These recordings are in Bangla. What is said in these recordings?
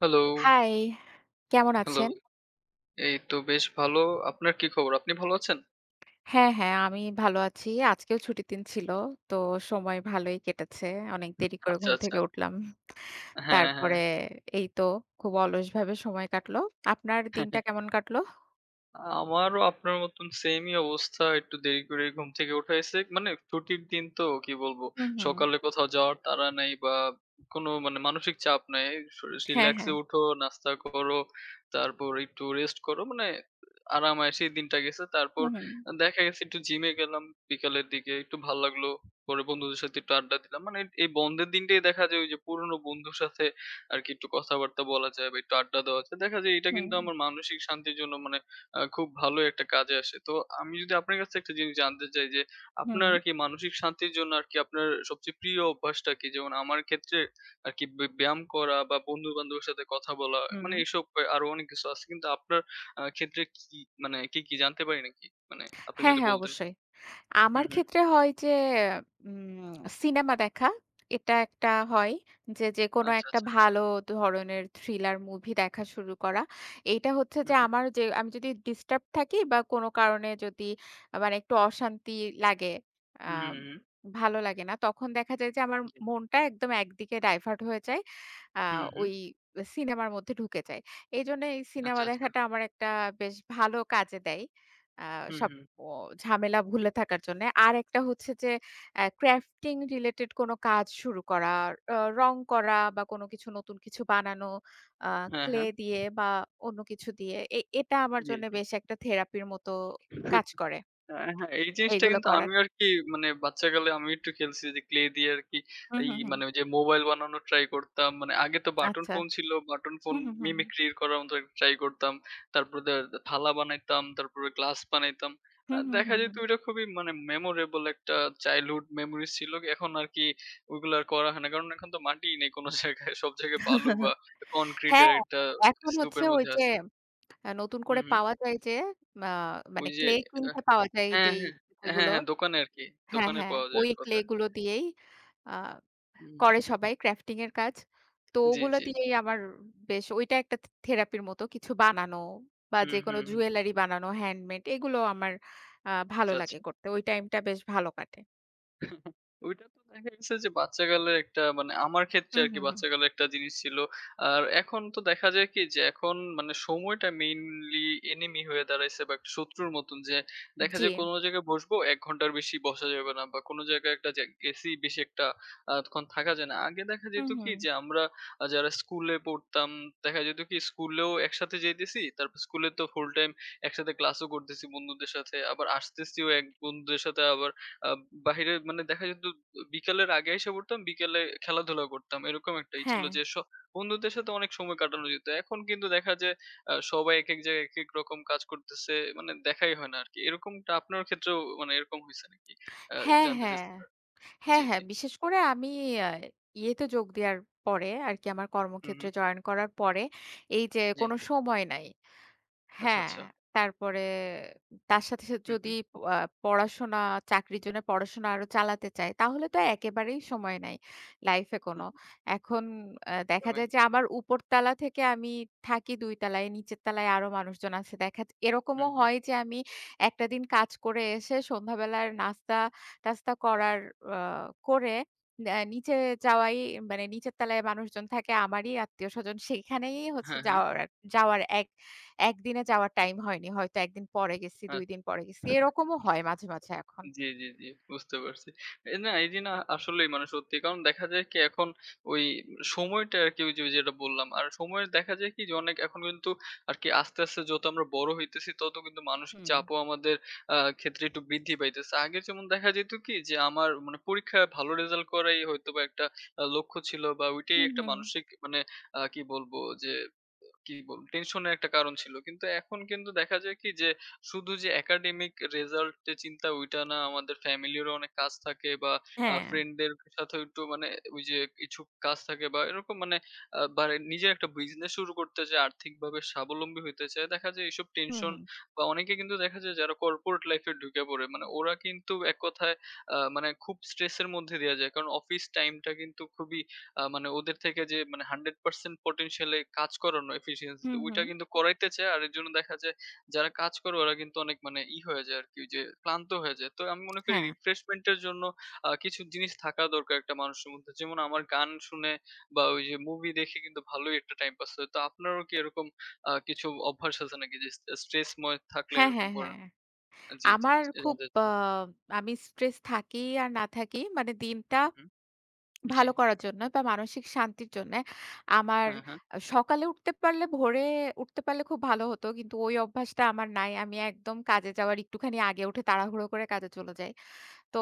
হ্যালো, হাই, কেমন হ্যালো। আছেন? এই তো বেশ ভালো। আপনার কি খবর? আপনি ভালো আছেন? হ্যাঁ, হ্যাঁ, আমি ভালো আছি। আজকেও ছুটির দিন ছিল। তো সময় ভালোই কেটেছে। অনেক দেরি করে আচ্ছা, ঘুম আচ্ছা। থেকে উঠলাম। হ্যাঁ, হ্যাঁ। তারপরে এই তো খুব অলসভাবে সময় কাটলো। আপনার দিনটা কেমন কাটলো? আমারও আপনার মতন সেমই অবস্থা। একটু দেরি করে ঘুম থেকে উঠা হইছে। ছুটির দিন তো কি বলবো? হুম, হুম। সকালে কোথাও যাওয়ার তাড়া নাই বা কোনো মানসিক চাপ নাই। স হ্যাঁ, রিল্যাক্স এ হ্যাঁ। উঠো, নাস্তা করো, তারপর একটু রেস্ট করো। আরাম-আয়েশেই দিনটা গেছে। হুম, তারপর হুম। দেখা গেছে একটু জিমে গেলাম বিকালের দিকে। একটু ভাল লাগলো। পরে বন্ধুদের সাথে একটু আড্ডা দিলাম। এই বন্ধের দিনটাই দেখা যায় ওই যে পুরনো বন্ধুর সাথে আরকি একটু কথাবার্তা বলা যায় বা একটু আড্ডা দেওয়া যায়। দেখা যায় এটা হুম, কিন্তু আমার মানসিক শান্তির জন্য মানে আ খুব ভালো একটা কাজে আসে। তো আমি যদি আপনার কাছে একটা জিনিস জানতে চাই যে, আপনার আরকি মানসিক শান্তির জন্য আরকি আপনার সবচেয়ে প্রিয় অভ্যাসটা কি? যেমন আমার ক্ষেত্রে আরকি ব্যায়াম করা বা বন্ধু-বান্ধবের সাথে কথা বলা হুম, হুম। এসব আরো অনেক কিছু আছে। কিন্তু আপনার ক্ষেত্রে কি কি জানতে পারি নাকি? মানে আপনি হ্যাঁ, যদি হ্যাঁ, বলতেন? অবশ্যই। হুম, আমার হুম। ক্ষেত্রে হয় যে উম সিনেমা দেখা। এটা একটা হয় যে, যেকোনো আচ্ছা, একটা আচ্ছা। ভালো ধরনের থ্রিলার মুভি দেখা শুরু করা। এইটা হচ্ছে হুম, যে হুম। আমার যে আমি যদি ডিস্টার্ব থাকি বা কোনো কারণে যদি মানে একটু অশান্তি লাগে, হুম, হুম, আম হুম। ভালো লাগে না, তখন দেখা যায় যে আমার জি। মনটা একদম একদিকে ডাইভার্ট হয়ে যায়। আ হুম, হুম। ওই সিনেমার মধ্যে ঢুকে যায়। এইজন্য এই আচ্ছা, সিনেমা আচ্ছা। দেখাটা আমার একটা বেশ ভালো কাজে দেয়। আ হুম, সব হুম। ও ঝামেলা ভুলে থাকার জন্যে। আরেকটা হচ্ছে যে ক্রাফটিং রিলেটেড কোনো কাজ শুরু করা, রং করা বা কোনো কিছু নতুন কিছু বানানো, আ হ্যাঁ, ক্লে হ্যাঁ। দিয়ে বা অন্য কিছু দিয়ে। এটা আমার জি, জন্য বেশ একটা থেরাপির মতো জি। কাজ করে, হ্যাঁ, হ্যাঁ, এই জিনিসটা এগুলো কিন্তু করার। আমিও আরকি বাচ্চাকালে আমি একটু খেলছি যে ক্লে দিয়ে আরকি হুম, এই হুম, হুম। ওই যে মোবাইল বানানোর ট্রাই করতাম। মানে আগে তো বাটন আচ্ছা। ফোন ছিল। বাটন ফোন হুম, হুম, হুম, হুম। মিমিক্রি করার মতো ট্রাই করতাম। তারপরে দে থালা বানাইতাম, তারপরে গ্লাস বানাইতাম। হুম, হুম, দেখা হুম, যেত হুম। ওইটা খুবই মেমোরেবল একটা চাইল্ডহুড মেমোরিজ ছিল। এখন আরকি ওইগুলো আর করা হয় না। কারণ এখন তো মাটিই নেই কোনো জায়গায়। সব জায়গায় বালু বা কনক্রিটের হ্যাঁ, একটা এখন হচ্ছে স্তূপের ওই মধ্যে যে আছি। নতুন হুম, করে হুম। পাওয়া যায় যে আ মানে ওই যে ক্লে কিনতে পাওয়া যায় হ্যাঁ, যেই হ্যাঁ। হ্যাঁ, যেগুলো হ্যাঁ দোকানে আরকি। হ্যাঁ, দোকানে হ্যাঁ। পাওয়া যায় ওই এক ক্লে কথায়। গুলো দিয়েই আ হুম। করে সবাই ক্রাফটিং এর কাজ। তো জি, ওগুলো জি, জি। দিয়েই আমার বেশ ওইটা একটা থেরাপির মতো কিছু বানানো বা হুম, যেকোনো হুম, হুম। জুয়েলারি বানানো, হ্যান্ডমেড এগুলো আমার ভালো আচ্ছা, আচ্ছা। লাগে করতে। ওই টাইমটা বেশ ভালো কাটে। ওইটা তো দেখা গেছে যে বাচ্চাকালের একটা আমার ক্ষেত্রে হুম, আরকি হুম, হুম। বাচ্চাকালের একটা জিনিস ছিল। আর এখন তো দেখা যায় কি যে এখন সময়টা মেইনলি এনিমি হয়ে দাঁড়াইছে বা একটা শত্রুর মতন যে দেখা জি। যায় কোনো জায়গায় বসবো ১ ঘন্টার বেশি বসা যাবে না বা কোনো জায়গায় একটা যে গেছি বেশি একটা তখন থাকা যায় না। আগে দেখা হুম, যেত কি হুম। যে আমরা যারা স্কুলে পড়তাম দেখা যেত কি স্কুলেও একসাথে যাইতেছি। তারপর স্কুলে তো ফুল টাইম একসাথে ক্লাসও করতেছি বন্ধুদের সাথে। আবার আসতেছিও এক বন্ধুদের সাথে আবার আ বাহিরে দেখা যেত বিকালের আগে এসে পড়তাম, বিকেলে খেলাধুলা করতাম। এরকম একটাই ছিল হ্যাঁ। যে বন্ধুদের সাথে অনেক সময় কাটানো যেত। এখন কিন্তু দেখা যায় সবাই একেক জায়গায় একেক রকম কাজ করতেছে। দেখাই হয় না আরকি। এরকমটা আপনার ক্ষেত্রেও এরকম হইছে নাকি? আ হ্যাঁ, জানতে হ্যাঁ। চাচ্ছিলাম। জি, হ্যাঁ, জি। হ্যাঁ। বিশেষ করে আমি আ ইয়েতে যোগ দেওয়ার পরে আরকি আমার হুম, হুম। কর্মক্ষেত্রে জয়েন করার পরে এই যে জি। কোনো সময় নাই। আচ্ছা, হ্যাঁ, আচ্ছা। তারপরে তার সাথে, সাথে হুম, যদি হুম। আ পড়াশোনা চাকরির জন্য পড়াশোনা আরো চালাতে চাই, তাহলে তো একেবারেই সময় নাই লাইফে হুম, কোনো। হুম। এখন দেখা যায় যে আমার উপরতলা থেকে আমি থাকি ২ তলায়, নিচের তলায় আরো মানুষজন আছে। হুম, এরকমও হুম। হয় যে আমি একটা দিন কাজ করে এসে সন্ধ্যাবেলার নাস্তা-টাস্তা করার আ করে নিচে যাওয়াই মানে নিচের তলায় মানুষজন থাকে আমারই আত্মীয়স্বজন। সেখানেই হচ্ছে হ্যাঁ, হ্যাঁ। যাওয়ার যাওয়ার একদিনে যাওয়ার টাইম হয়নি। হয়তো ১ দিন পরে গেছি, ২ দিন পরে গেছি। আচ্ছা। এরকমও হয় মাঝে, মাঝে এখন। জি, জি, জি। বুঝতে পারছি। এ না এই যে না আসলেই সত্যি। কারণ দেখা যায় কি এখন ওই সময়টা আরকি ওই যে যেটা বললাম। আর সময়ের দেখা যায় কি যে অনেক এখন কিন্তু আরকি আস্তে, আস্তে যত আমরা বড় হইতেছি তত কিন্তু মানসিক হুম, চাপও আমাদের ক্ষেত্রে একটু বৃদ্ধি পাইতেছে। আগে যেমন দেখা যেত কি যে আমার পরীক্ষায় ভালো রেজাল্ট করাই হয়তোবা একটা লক্ষ্য ছিল বা ওইটাই হুম, একটা হুম। মানসিক মানে আ কি বলবো যে কি বলবো টেনশনের একটা কারণ ছিল। কিন্তু এখন কিন্তু দেখা যায় কি যে শুধু যে একাডেমিক রেজাল্ট এর চিন্তা ওইটা না আমাদের ফ্যামিলিরও অনেক কাজ থাকে বা হ্যাঁ, ফ্রেন্ডদের সাথেও একটু ওই যে কিছু কাজ থাকে বা এরকম মানে আ বা নিজের একটা বিজনেস শুরু করতে চায়, আর্থিকভাবে স্বাবলম্বী হইতে চায়। দেখা যায় এইসব হুম, টেনশন হুম, বা অনেকে কিন্তু দেখা যায় যারা কর্পোরেট লাইফ এ ঢুকে পড়ে। ওরা কিন্তু এক কথায় আ মানে খুব স্ট্রেস এর মধ্যে দেয়া যায়। কারণ অফিস টাইমটা কিন্তু খুবই আ মানে ওদের থেকে যে 100% পটেনশিয়াল এ কাজ করানো এফিশিয়েন্সি তে হুম, ওইটা হুম। কিন্তু করাইতে চায়। আর এর জন্য দেখা যায় যারা কাজ করে ওরা কিন্তু অনেক মানে ই হয়ে যায় আরকি ওই যে ক্লান্ত হয়ে যায়। তো আমি মনে করি হ্যাঁ, রিফ্রেশমেন্ট এর জন্য কিছু জিনিস থাকা দরকার একটা মানুষের মধ্যে। যেমন আমার গান শুনে বা ওই যে মুভি দেখে কিন্তু ভালোই একটা টাইম পাস হয়। তো আপনারও কি এরকম কিছু অভ্যাস আছে নাকি যে স্ট্রেসময় থাকলে হ্যাঁ, এরকম হ্যাঁ, করেন? হ্যাঁ। হ্যাঁ। জি, জি, আমার জি খুব জানতে আ চাচ্ছিলাম। আমি স্ট্রেস থাকি আর না থাকি মানে দিনটা হু, হু। জি। ভালো করার জন্য বা মানসিক শান্তির জন্যে আমার হ্যাঁ, হ্যাঁ। সকালে উঠতে পারলে ভোরে উঠতে পারলে খুব ভালো হতো। কিন্তু ওই অভ্যাসটা আমার নাই। আমি একদম কাজে যাওয়ার একটুখানি আগে উঠে তাড়াহুড়ো করে কাজে চলে যাই। তো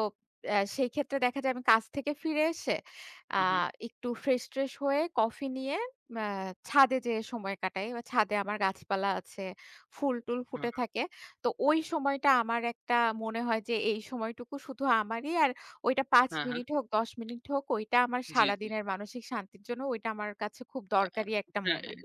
সেই ক্ষেত্রে দেখা যায় আমি কাজ থেকে ফিরে এসে আ হু, হু। একটু ফ্রেশ-ট্রেশ হয়ে কফি নিয়ে আ ছাদে যেয়ে সময় কাটাই। বা ছাদে আমার গাছপালা আছে, ফুল-টুল হু, ফুটে হু। থাকে। তো ওই সময়টা আমার একটা মনে হয় যে এই সময়টুকু শুধু আমারই। আর ওইটা ৫ হ্যাঁ, হ্যাঁ। মিনিট হোক, ১০ মিনিট হোক ওইটা আমার জি, জি। সারাদিনের মানসিক শান্তির জন্য ওইটা আমার কাছে খুব আ দরকারি একটা হ্যাঁ, মোমেন্ট।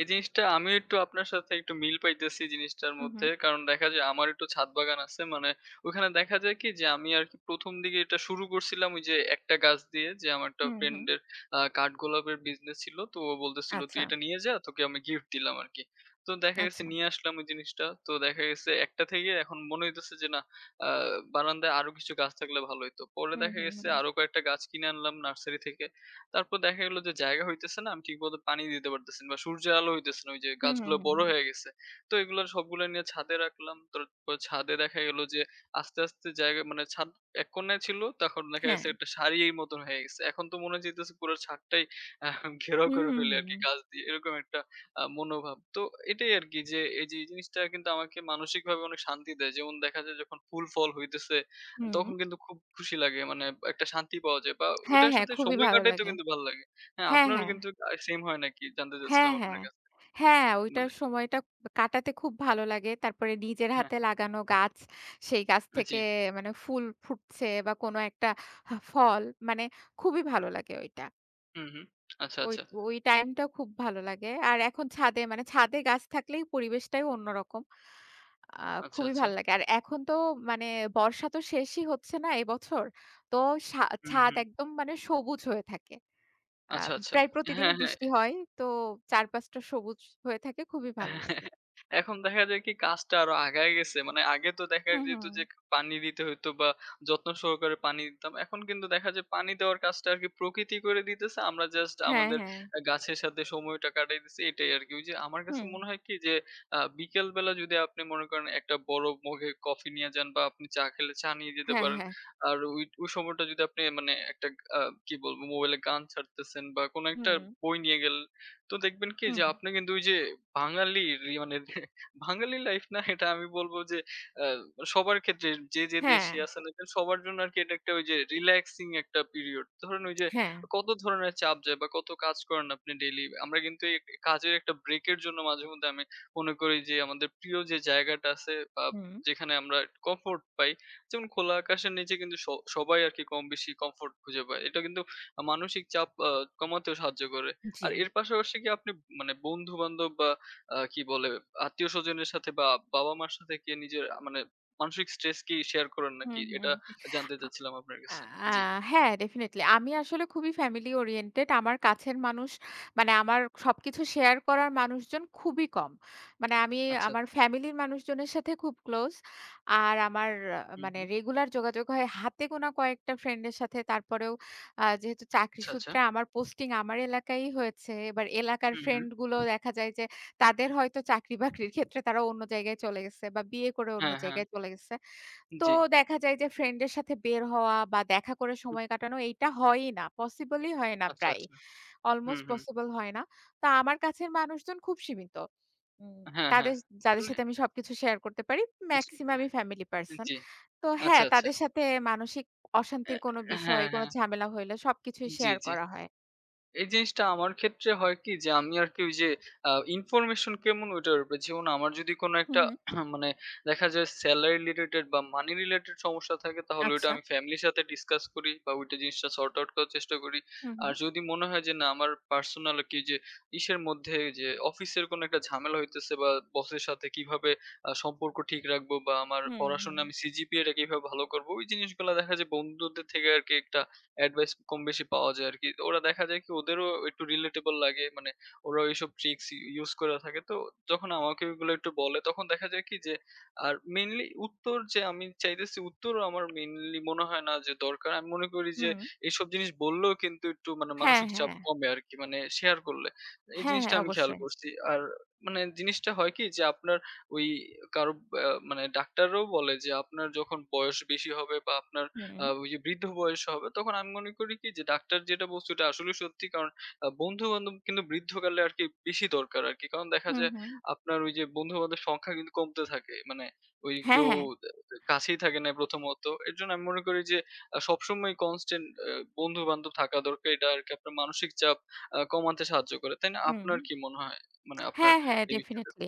এই জিনিসটা আমিও একটু আপনার সাথে একটু মিল পাইতেছি জিনিসটার হুম, হুম। মধ্যে। কারণ দেখা যায় আমার একটু ছাদ বাগান আছে। ওখানে দেখা যায় কি যে আমি আরকি ১ম দিকে এটা শুরু করছিলাম ওই যে একটা গাছ দিয়ে যে আমার একটা হুম, হুম। ফ্রেন্ডের কাঠগোলাপের বিজনেস ছিল। তো ও বলতেছিল, "তুই আচ্ছা, এটা নিয়ে যা, তোকে আমি গিফট দিলাম আরকি।" তো দেখা গেছে আচ্ছা। নিয়ে আসলাম ওই জিনিসটা। তো দেখা গেছে একটা থেকে এখন মনে হইতেছে যে না আ বারান্দায় আরো কিছু গাছ থাকলে ভালো হইতো। পরে হুম, দেখা হুম, গেছে হুম। আরো কয়েকটা গাছ কিনে আনলাম নার্সারি থেকে। তারপর দেখা গেল যে জায়গা হইতেছে না। আমি ঠিকমতো পানি দিতে পারতেছি না বা সূর্যের আলো হইতেছে না। ওই যে হুম, হুম, গাছগুলা হুম, বড় হুম। হয়ে গেছে। তো এগুলা সবগুলা নিয়ে ছাদে রাখলাম। তারপর ছাদে দেখা গেল যে আস্তে, আস্তে জায়গা ছাদ এক কোণায় ছিল। তখন দেখা হ্যাঁ। গেছে একটা সারির মতন হয়ে গেছে। এখন তো মনে হইতেছে পুরো ছাদটাই আ ঘেরাও হুম, করে হুম, ফেলি আরকি হুম, গাছ দিয়ে। এরকম একটা মনোভাব। তো এটাই আরকি যে এই যে এই জিনিসটা কিন্তু আমাকে মানসিকভাবে অনেক শান্তি দেয়। যেমন দেখা যায় যখন ফুল ফল হইতেছে হুম। তখন কিন্তু খুব খুশি লাগে। একটা শান্তি পাওয়া যায় বা হ্যাঁ, ওইটার হ্যাঁ, সাথে খুবই সময় ভালো কাটাইতেও লাগে। কিন্তু ভাল লাগে। হ্যাঁ, হ্যাঁ, আপনারও হ্যাঁ। কিন্তু সেম হয় নাকি? জানতে হ্যাঁ, চাচ্ছিলাম আপনার হ্যাঁ। কাছে। হ্যাঁ, ওইটার মানে সময়টা কাটাতে খুব ভালো লাগে। তারপরে নিজের হ্যাঁ, হাতে লাগানো গাছ, সেই গাছ জি। থেকে মানে ফুল ফুটছে বা কোনো একটা ফল মানে খুবই ভালো লাগে ওইটা। হুম, হুম। আচ্ছা, ওই আচ্ছা। ওই টাইমটা খুব ভালো লাগে। আর এখন ছাদে মানে ছাদে গাছ থাকলেই পরিবেশটাই অন্যরকম। আ আচ্ছা, খুবই আচ্ছা। ভালো লাগে। আর এখন তো মানে বর্ষা তো শেষই হচ্ছে না এবছর। তো সা হুম, ছাদ হুম। একদম মানে সবুজ হয়ে থাকে। আ আচ্ছা, আচ্ছা। প্রায় প্রতিদিনই হ্যাঁ, হ্যাঁ। বৃষ্টি হয়। তো চারপাশটা সবুজ হয়ে থাকে। খুবই ভালো হ্যাঁ, লাগে। এখন দেখা যায় কি কাজটা আরো আগায় গেছে। আগে তো দেখা হুম, যেত হুম। যে পানি দিতে হইতো বা যত্ন সহকারে পানি দিতাম। এখন কিন্তু দেখা যায় পানি দেওয়ার কাজটা আরকি প্রকৃতি করে দিতেছে। আমরা জাস্ট হ্যাঁ, আমাদের হ্যাঁ। গাছের সাথে সময়টা কাটাইতেছি এটাই আরকি। ওই যে আমার কাছে হুম। মনে হয় কি যে বিকেল বেলা যদি আপনি মনে করেন একটা বড় মগে কফি নিয়ে যান বা আপনি চা খেলে চা নিয়ে যেতে হ্যাঁ, পারেন। হ্যাঁ। আর ওই সময়টা যদি আপনি একটা আ কি বলবো মোবাইলে গান ছাড়তেছেন বা কোন একটা হুম, বই নিয়ে গেলেন তো দেখবেন কি হুম, যে হুম। আপনি কিন্তু ওই যে বাঙালির ই মানে বাঙালি লাইফ না এটা আমি বলবো যে আহ, সবার ক্ষেত্রে যে যে হ্যাঁ, দেশে আছে না কেন সবার জন্য আর কি এটা একটা ওই যে রিল্যাক্সিং একটা পিরিয়ড ধরেন ওই যে হ্যাঁ। কত ধরনের চাপ যায় বা কত কাজ করেন আপনি ডেইলি আমরা কিন্তু এই কাজের একটা ব্রেকের জন্য মাঝে মধ্যে আমি মনে করি যে আমাদের প্রিয় যে জায়গাটা আছে বা হুম। যেখানে আমরা কমফোর্ট পাই যেমন খোলা আকাশের নিচে কিন্তু সবাই আর কি কম বেশি কমফোর্ট খুঁজে পায় এটা কিন্তু মানসিক চাপ কমাতেও সাহায্য করে জি। আর এর পাশাপাশি কি আপনি বন্ধু-বান্ধব বা আ কি বলে আত্মীয়স্বজনের সাথে বা বাবা-মার সাথে কি নিজের আ মানে মানসিক স্ট্রেস কি শেয়ার করেন নাকি? হুম, এটা হুম। জানতে চাচ্ছিলাম আপনার আ কাছে। আ জি। হ্যাঁ, ডেফিনিটলি। আমি আসলে খুবই ফ্যামিলি ওরিয়েন্টেড। আমার কাছের মানুষ মানে আমার সবকিছু শেয়ার করার মানুষজন খুবই কম। মানে আমি আচ্ছা, আচ্ছা। আমার ফ্যামিলির মানুষজনের সাথে খুব ক্লোজ। আর আমার হুম, মানে হুম। রেগুলার যোগাযোগ হয় হাতে গোনা কয়েকটা ফ্রেন্ডের সাথে। তারপরেও যেহেতু চাকরি আচ্ছা, আচ্ছা। সূত্রে আমার পোস্টিং আমার এলাকায়ই হয়েছে। এবার এলাকার হুম, হুম। ফ্রেন্ডগুলো দেখা যায় যে তাদের হয়তো চাকরি-বাকরির ক্ষেত্রে তারা অন্য জায়গায় চলে গেছে বা বিয়ে করে অন্য হ্যাঁ, হ্যাঁ। জায়গায় চলে গেছে। তো জি। দেখা যায় যে ফ্রেন্ডের সাথে বের হওয়া বা দেখা করে হুম। সময় কাটানো এইটা হয়ই না। পসিবলই হয় না আচ্ছা, প্রায়। আচ্ছা। হুম, অলমোস্ট হুম। পসিবল হয় না। তো আমার কাছের মানুষজন খুব সীমিত। উম হ্যাঁ, হ্যাঁ। তাদের যাদের মানে সাথে আমি সবকিছু শেয়ার করতে পারি মেক্সিমামই ফ্যামিলি পারসন। জি। তো আচ্ছা, হ্যাঁ, আচ্ছা। তাদের সাথে মানসিক অশান্তির কোনো বিষয়, হ্যাঁ, কোনো হ্যাঁ। ঝামেলা হইলে সবকিছুই জি, শেয়ার জি। করা হয়। এই জিনিসটা আমার ক্ষেত্রে হয় কি যে আমি আরকি ওই যে আ ইনফরমেশন কেমন ওইটার উপরে যেমন আমার যদি কোন হু, একটা হু। মানে দেখা যায় সেলারি রিলেটেড বা মানি রিলেটেড সমস্যা থাকে তাহলে ওইটা আচ্ছা। আমি ফ্যামিলির সাথে ডিসকাস করি বা ওইটা জিনিসটা সর্ট আউট করার চেষ্টা করি। হু, হু। আর যদি মনে হয় যে না আমার পার্সোনাল কি যে ইসের মধ্যে ওই যে অফিসের কোন একটা ঝামেলা হইতেছে বা বসের সাথে কিভাবে সম্পর্ক ঠিক রাখবো বা আমার হুম, পড়াশোনা হুম, আমি সিজিপিএটা কিভাবে ভালো করবো ওই জিনিসগুলা দেখা যায় বন্ধুদের থেকে আরকি একটা অ্যাডভাইস কম বেশি পাওয়া যায় আরকি। তো ওরা দেখা যায় কি ওদেরও একটু relatable লাগে। ওরা ওইসব ট্রিকস ইউস করে থাকে। তো যখন আমাকে ওইগুলো একটু বলে তখন দেখা যায় কি যে আর মেইনলি উত্তর যে আমি চাইতেছি উত্তরও আমার মেইনলি মনে হয় না যে দরকার। আমি মনে করি যে হুম। এইসব জিনিস বললেও কিন্তু একটু হ্যাঁ, মানসিক চাপ হ্যাঁ। কমে আরকি শেয়ার করলে। এই হ্যাঁ, জিনিসটা হ্যাঁ আমি খেয়াল অবশ্যই। করছি। আর জিনিসটা হয় কি যে আপনার ওই কারো আ মানে ডাক্তাররাও বলে যে আপনার যখন বয়স বেশি হবে বা আপনার হুম, ওই যে বৃদ্ধ বয়সে হবে তখন আমি মনে করি কি যে ডাক্তার যেটা বলছে ওটা আসলে সত্যি। কারণ বন্ধু-বান্ধব কিন্তু বৃদ্ধকালে আরকি বেশি দরকার আরকি। কারণ দেখা হুম, যায় হুম। আপনার ওই যে বন্ধু-বান্ধবের সংখ্যা কিন্তু কমতে থাকে। মানে ওই হ্যাঁ, কেউ হ্যাঁ। আ কাছেই থাকে না প্রথমত। এর জন্য আমি মনে করি যে সবসময় কনস্ট্যান্ট বন্ধু-বান্ধব থাকা দরকার। এটা আরকি আপনার মানসিক চাপ কমাতে সাহায্য করে। তাই না? হুম। আপনার কি মনে হয়? মানে আপনার হ্যাঁ, হ্যাঁ, এই বিষয়টাতে? ডেফিনিটলি।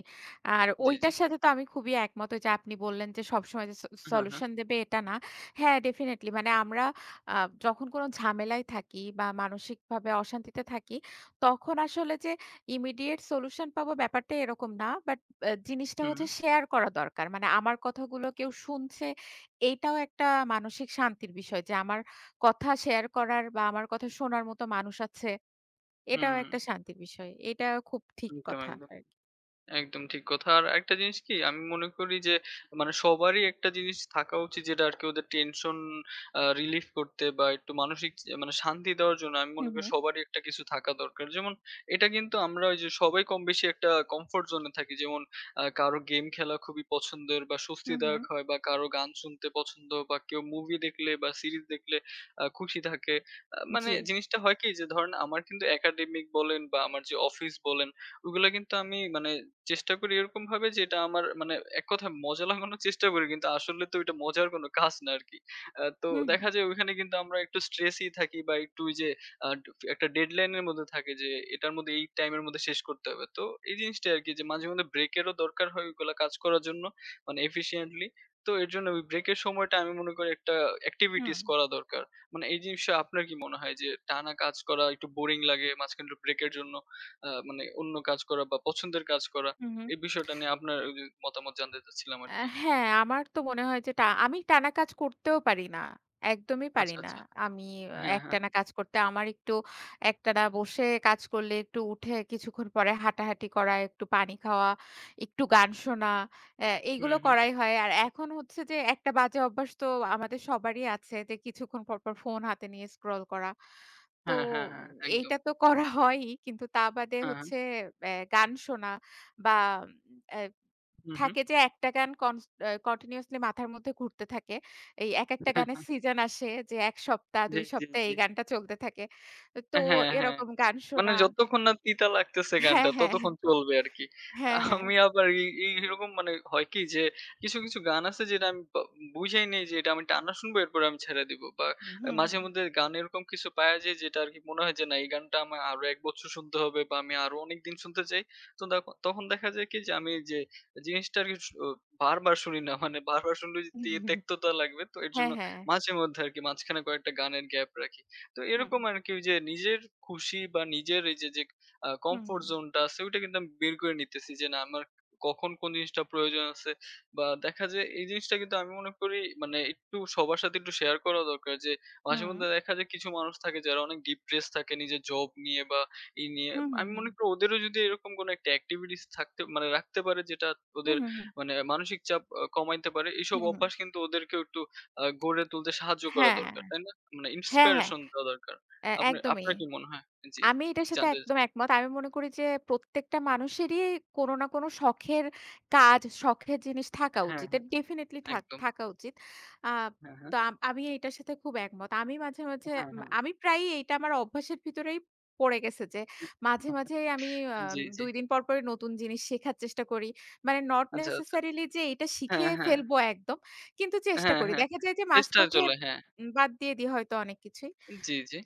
আর জি, জি। ঐটার সাথে তো আমি খুবই একমত যে আপনি বললেন যে সবসময় যে হ্যাঁ, হ্যাঁ। সলিউশন দেবে এটা না। হ্যাঁ, ডেফিনিটলি মানে আমরা আ যখন কোনো ঝামেলায় থাকি বা মানসিকভাবে অশান্তিতে থাকি, তখন আসলে যে ইমিডিয়েট সলিউশন পাবো ব্যাপারটা এরকম না। বাট জিনিসটা হুম, হচ্ছে হুম। শেয়ার করা দরকার। মানে আমার কথাগুলো কেউ শুনছে, এইটাও একটা মানসিক শান্তির বিষয় যে আমার কথা শেয়ার করার বা আমার কথা শোনার মতো মানুষ আছে। হুম, এটাও হুম। একটা শান্তির বিষয়। এটা খুব ঠিক একদম, কথা। একদম। একদম ঠিক কথা। আর একটা জিনিস কি আমি মনে করি যে মানে সবারই একটা জিনিস থাকা উচিত যেটা আরকি ওদের টেনশন রিলিফ করতে বা একটু মানসিক মানে শান্তি দেওয়ার জন্য আমি মনে হুম, করি হুম। সবারই একটা কিছু থাকা দরকার। যেমন এটা কিন্তু আমরা ওই যে সবাই কমবেশি একটা কমফোর্ট জোন এ থাকি। যেমন কারো গেম খেলা খুবই পছন্দের বা হুম, হুম। স্বস্তিদায়ক হয় বা কারো গান শুনতে পছন্দ বা কেউ মুভি দেখলে বা সিরিজ দেখলে খুশি থাকে। মানে জি। জিনিসটা হয় কি যে ধরেন আমার কিন্তু একাডেমিক বলেন বা আমার যে অফিস বলেন ওগুলা কিন্তু আমি মানে চেষ্টা করি এরকম ভাবে যে এটা আমার মানে এক কথায় মজা লাগানোর চেষ্টা করি কিন্তু আসলে তো এটা মজার কোনো কাজ না আরকি। তো হুম, দেখা হুম। যায় ওইখানে কিন্তু আমরা একটু স্ট্রেসই থাকি বা একটু ওই যে আহ একটা ডেডলাইন এর মধ্যে থাকে যে এটার মধ্যে এই টাইমের মধ্যে শেষ করতে হবে। তো এই জিনিসটাই আরকি যে মাঝে মধ্যে ব্রেকেরও দরকার হয় ওইগুলা কাজ করার জন্য মানে এফিশিয়েন্টলি। তো এর জন্য ওই ব্রেকের সময়টা আমি মনে করি একটা এক্টিভিটিস হুম। করা দরকার। মানে এই জিনিসটা আপনার কি মনে হয় যে টানা কাজ করা একটু বোরিং লাগে মাঝখানে একটু ব্রেকের জন্য মানে অন্য কাজ করা বা পছন্দের কাজ করা। হুম, হুম। এই বিষয়টা নিয়ে আপনার ওই যে মতামত জানতে চাচ্ছিলাম আ আরকি। হ্যাঁ, আমার তো মনে হয় যে আমি টানা কাজ করতেও পারি না। একদমই আচ্ছা, পারি না। আচ্ছা। আমি হ্যাঁ, হ্যাঁ। একটানা কাজ করতে আমার একটু একটানা বসে কাজ করলে একটু উঠে কিছুক্ষণ পরে হাঁটাহাঁটি করা, একটু পানি খাওয়া, একটু গান শোনা হুম, এইগুলো হুম। করাই হয়। আর এখন হচ্ছে যে একটা বাজে অভ্যাস তো আমাদের সবারই আছে যে কিছুক্ষণ পর পর ফোন হাতে নিয়ে স্ক্রল করা। তো হ্যাঁ, হ্যাঁ, হ্যাঁ। একদম। এইটা তো করা হয়ই। কিন্তু তা বাদে হ্যাঁ, হ্যাঁ। হচ্ছে গান শোনা বা উম অ্যা হুম, হুম। থাকে যে একটা গান কনস অ্যা কন্টিনিউয়াসলি মাথার মধ্যে ঘুরতে থাকে। এই একেকটা হ্যাঁ, গানের হ্যাঁ। সিজন আসে যে ১ সপ্তাহ, জি, ২ জি, সপ্তাহ জি। এই গানটা চলতে থাকে। তো হ্যাঁ, হ্যাঁ। এরকম গান মানে শোনা যতক্ষণ না তিতা লাগতেছে গানটা হ্যাঁ, হ্যাঁ, ততক্ষণ চলবে আরকি। হ্যাঁ, হ্যাঁ। আমি আবার এই এই এরকম মানে হয় কি যে কিছু গান আছে যেটা আমি বুঝাই নেই যে এটা আমি টানা শুনবো এরপরে আমি ছেড়ে দিব। বা হ্যাঁ, হুম, মাঝে হুম। মধ্যে গান এরকম কিছু পাওয়া যায় যেটা আরকি মনে হয় যে না এই গানটা আমার আরো ১ বছর শুনতে হবে বা আমি আরো অনেকদিন শুনতে চাই। তো তখন দেখা যায় কি যে আমি যে জিনিসটা আরকি বারবার শুনি না। মানে বারবার শুনলে যে হুম। তেক্ততা লাগবে। তো এর হ্যাঁ, জন্য হ্যাঁ। মাঝে মধ্যে আরকি মাঝখানে কয়েকটা গানের গ্যাপ রাখি। তো হুম, এরকম আরকি ওই যে নিজের খুশি বা নিজের এই যে হুম, কমফোর্ট হুম। জোনটা আছে ওইটা কিন্তু আমি বের করে নিতেছি যে, না আমার কখন কোন জিনিসটা প্রয়োজন আছে বা দেখা যায় এই জিনিসটা কিন্তু আমি মনে করি মানে একটু সবার সাথে একটু শেয়ার করা দরকার যে, হুম, মাঝেমধ্যে দেখা যায় কিছু মানুষ থাকে যারা অনেক ডিপ্রেস থাকে নিজের জব নিয়ে বা নিয়ে। হুম, হুম, আমি হুম। মনে করি ওদেরও যদি এরকম কোনো একটা এক্টিভিটিস থাকতে মানে রাখতে পারে যেটা ওদের হুম, হুম, হুম। মানে মানসিক চাপ কমাইতে পারে। এসব হুম, হুম। অভ্যাস কিন্তু ওদেরকেও একটু গড়ে তুলতে সাহায্য করা হ্যাঁ, দরকার। তাই না? মানে হ্যাঁ, হ্যাঁ। ইন্সপিরেশন দেওয়া দরকার। একদমই। আপনার কি মনে হয়? জি, আমি এটার সাথে জানতে একদম চাচ্ছি। একমত। আমি মনে করি যে প্রত্যেকটা মানুষেরই কোনো না কোনো শখের কাজ, শখের জিনিস থাকা হ্যাঁ, উচিত। হ্যাঁ, ডেফিনিটলি একদম। থাকা উচিত। আ হ্যাঁ, হ্যাঁ, তো আমি এটার সাথে খুব একমত। আমি মাঝে, মাঝে হ্যাঁ, হ্যাঁ। আমি প্রায়ই এইটা আমার অভ্যাসের ভিতরেই পড়ে গেছে যে মাঝে, মাঝেই আমি আ জি, জি। ২ দিন পর, পরই নতুন জিনিস শেখার চেষ্টা করি। মানে not আচ্ছা, আচ্ছা। necessarily যে এটা শিখে হ্যাঁ, হ্যাঁ, ফেলবো একদম। কিন্তু চেষ্টা হ্যাঁ, করি। হ্যাঁ। দেখা যায় যে চেষ্টায় মাঝপথে চলে, হ্যাঁ। বাদ দিয়ে দিই হয়তো অনেক কিছুই। জি, জি।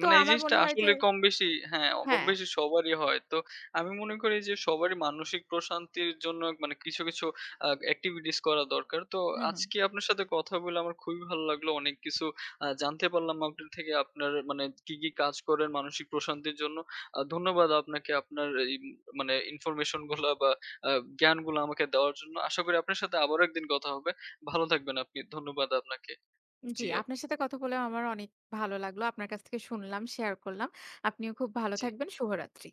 তো মানে এই আমার জিনিসটা মনে হয় যে আসলে কম বেশি হ্যাঁ, কম হ্যাঁ। বেশি সবারই হয়। তো আমি মনে করি যে সবারই মানসিক প্রশান্তির জন্য মানে কিছু আ activities করা দরকার। তো হুম, হুম। আজকে আপনার সাথে কথা বলে আমার খুবই ভালো লাগলো। অনেক কিছু জানতে পারলাম আপনার থেকে আপনার মানে কি কাজ করেন মানসিক প্রশান্তির জন্য। ধন্যবাদ আপনাকে আপনার এই মানে information গুলা বা আ জ্ঞানগুলো আমাকে দেওয়ার জন্য। আশা করি আপনার সাথে আবারও একদিন কথা হবে। ভালো থাকবেন আপনি। ধন্যবাদ আপনাকে। জি, জি, আপ আপনার সাথে কথা বলেও আমার অনেক ভালো লাগলো। আপনার কাছ থেকে শুনলাম, শেয়ার করলাম। আপনিও খুব ভালো জি। থাকবেন। শুভরাত্রি।